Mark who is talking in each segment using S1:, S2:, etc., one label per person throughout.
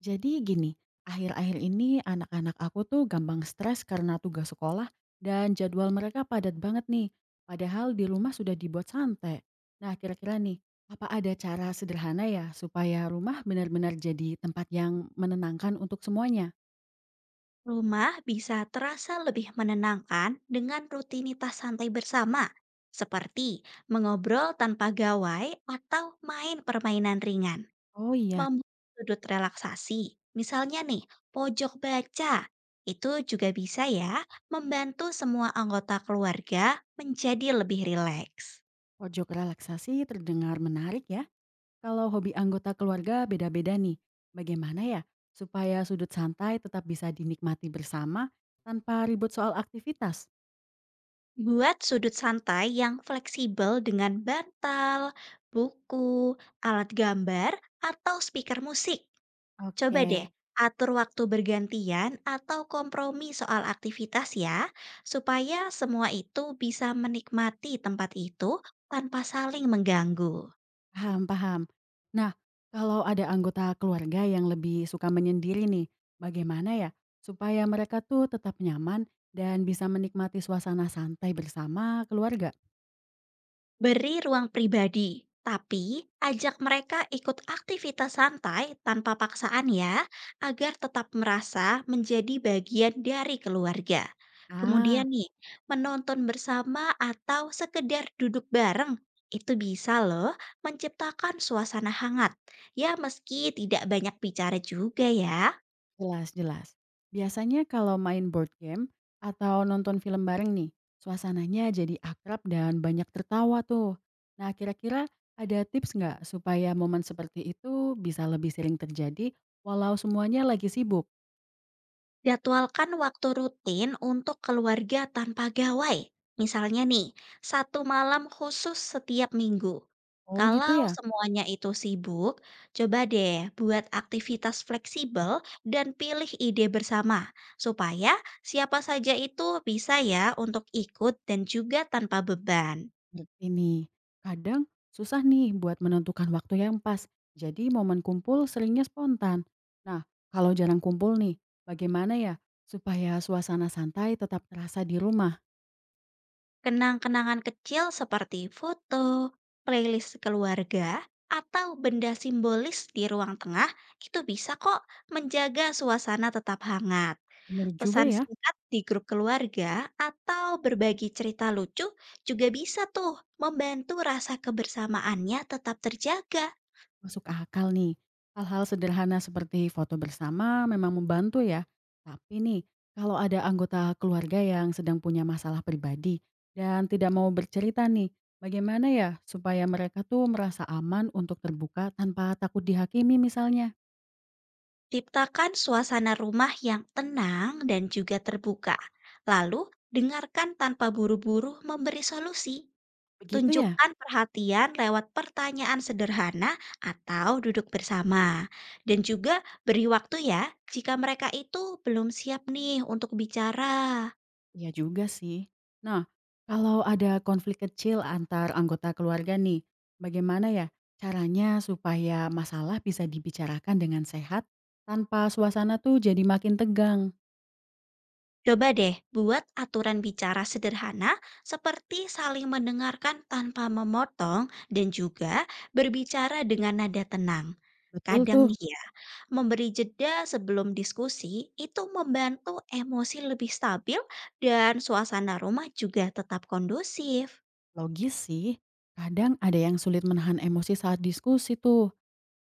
S1: Jadi gini, akhir-akhir ini anak-anak aku tuh gampang stres karena tugas sekolah dan jadwal mereka padat banget nih. Padahal di rumah sudah dibuat santai. Nah kira-kira nih, apa ada cara sederhana ya supaya rumah benar-benar jadi tempat yang menenangkan untuk semuanya?
S2: Rumah bisa terasa lebih menenangkan dengan rutinitas santai bersama, seperti mengobrol tanpa gawai atau main permainan ringan.
S1: Oh iya,
S2: Membuat sudut relaksasi, misalnya nih, pojok baca. Itu juga bisa ya, membantu semua anggota keluarga menjadi lebih rileks.
S1: pojok relaksasi terdengar menarik ya. Kalau hobi anggota keluarga beda-beda nih. Bagaimana ya supaya sudut santai tetap bisa dinikmati bersama tanpa ribut soal aktivitas?
S2: Buat sudut santai yang fleksibel dengan bantal, buku, alat gambar, atau speaker musik. Coba deh
S1: Oke,
S2: atur waktu bergantian atau kompromi soal aktivitas ya, supaya semua itu bisa menikmati tempat itu tanpa saling mengganggu.
S1: paham paham. Nah, kalau ada anggota keluarga yang lebih suka menyendiri nih, bagaimana ya supaya mereka tuh tetap nyaman dan bisa menikmati suasana santai bersama keluarga?
S2: Beri ruang pribadi, tapi ajak mereka ikut aktivitas santai tanpa paksaan ya, agar tetap merasa menjadi bagian dari keluarga.
S1: Ah,
S2: Kemudian nih, menonton bersama atau sekedar duduk bareng itu bisa loh menciptakan suasana hangat. Ya meski tidak banyak bicara juga ya.
S1: jelas jelas. Biasanya kalau main board game atau nonton film bareng nih, suasananya jadi akrab dan banyak tertawa tuh. Nah, kira-kira ada tips nggak supaya momen seperti itu bisa lebih sering terjadi walau semuanya lagi sibuk?
S2: Jadwalkan waktu rutin untuk keluarga tanpa gawai. Misalnya nih, satu malam khusus setiap minggu.
S1: Oh gitu
S2: Kalau
S1: ya?
S2: semuanya itu sibuk, coba deh buat aktivitas fleksibel dan pilih ide bersama, supaya siapa saja itu bisa ya untuk ikut dan juga tanpa beban.
S1: Ngerti nih. Kadang susah nih buat menentukan waktu yang pas. Jadi momen kumpul seringnya spontan. Nah, kalau jarang kumpul nih, bagaimana ya supaya suasana santai tetap terasa di rumah?
S2: Kenang-kenangan kecil seperti foto, playlist keluarga, atau benda simbolis di ruang tengah itu bisa kok menjaga suasana tetap hangat.
S1: Bener juga
S2: Pesan
S1: ya.
S2: singkat di grup keluarga atau berbagi cerita lucu juga bisa tuh membantu rasa kebersamaannya tetap terjaga.
S1: Masuk akal nih. Hal-hal sederhana seperti foto bersama memang membantu ya. Tapi nih, kalau ada anggota keluarga yang sedang punya masalah pribadi dan tidak mau bercerita nih, bagaimana ya supaya mereka tuh merasa aman untuk terbuka tanpa takut dihakimi misalnya?
S2: Ciptakan suasana rumah yang tenang dan juga terbuka. Lalu, dengarkan tanpa buru-buru memberi solusi.
S1: Begitu ya?
S2: Tunjukkan perhatian lewat pertanyaan sederhana atau duduk bersama. Dan juga beri waktu ya jika mereka itu belum siap nih untuk bicara.
S1: Iya juga sih. Nah, kalau ada konflik kecil antar anggota keluarga nih, bagaimana ya caranya supaya masalah bisa dibicarakan dengan sehat tanpa suasana tuh jadi makin tegang?
S2: Coba deh buat aturan bicara sederhana seperti saling mendengarkan tanpa memotong dan juga berbicara dengan nada tenang.
S1: Betul
S2: Kadang
S1: tuh,
S2: nih ya, memberi jeda sebelum diskusi itu membantu emosi lebih stabil dan suasana rumah juga tetap kondusif.
S1: logis sih. Kadang ada yang sulit menahan emosi saat diskusi tuh.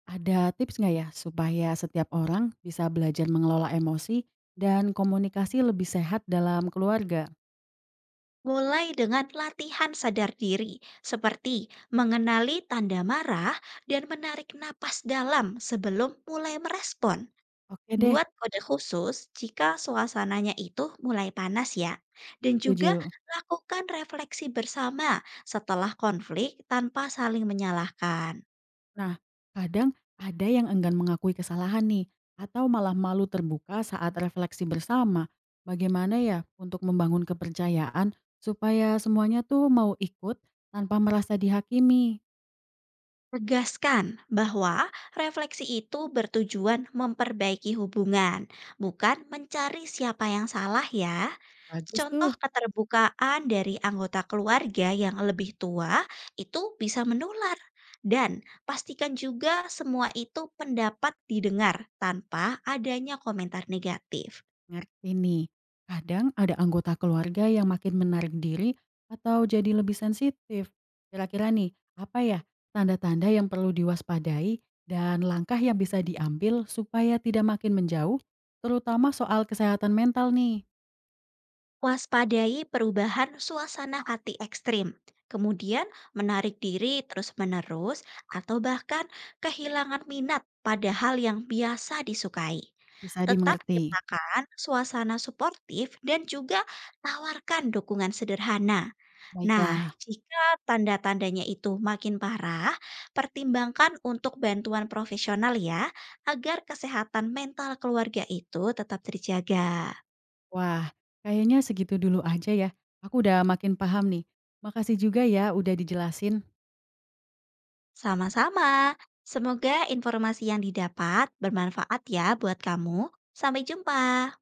S1: Ada tips nggak ya supaya setiap orang bisa belajar mengelola emosi dan komunikasi lebih sehat dalam keluarga?
S2: Mulai dengan latihan sadar diri, seperti mengenali tanda marah dan menarik napas dalam sebelum mulai merespon.
S1: Oke deh,
S2: Buat kode khusus jika suasananya itu mulai panas ya. Dan juga
S1: setuju.
S2: lakukan refleksi bersama setelah konflik tanpa saling menyalahkan.
S1: Nah, kadang ada yang enggan mengakui kesalahan nih, atau malah malu terbuka saat refleksi bersama. Bagaimana ya untuk membangun kepercayaan supaya semuanya tuh mau ikut tanpa merasa dihakimi?
S2: Tegaskan bahwa refleksi itu bertujuan memperbaiki hubungan, bukan mencari siapa yang salah ya.
S1: Bagus
S2: Contoh
S1: tuh.
S2: keterbukaan dari anggota keluarga yang lebih tua itu bisa menular. Dan pastikan juga semua itu pendapat didengar tanpa adanya komentar negatif.
S1: Ngerti nih. Kadang ada anggota keluarga yang makin menarik diri atau jadi lebih sensitif. Kira-kira nih, apa ya tanda-tanda yang perlu diwaspadai dan langkah yang bisa diambil supaya tidak makin menjauh, terutama soal kesehatan mental nih.
S2: Waspadai perubahan suasana hati ekstrim, kemudian menarik diri terus-menerus, atau bahkan kehilangan minat pada hal yang biasa disukai.
S1: Bisa
S2: Tetap
S1: dimengerti.
S2: ciptakan suasana suportif dan juga tawarkan dukungan sederhana. Nah,
S1: Baiklah.
S2: jika tanda-tandanya itu makin parah, pertimbangkan untuk bantuan profesional ya, agar kesehatan mental keluarga itu tetap terjaga.
S1: Wah, kayaknya segitu dulu aja ya. Aku udah makin paham nih. Makasih juga ya udah dijelasin.
S2: Sama-sama. Semoga informasi yang didapat bermanfaat ya buat kamu. Sampai jumpa.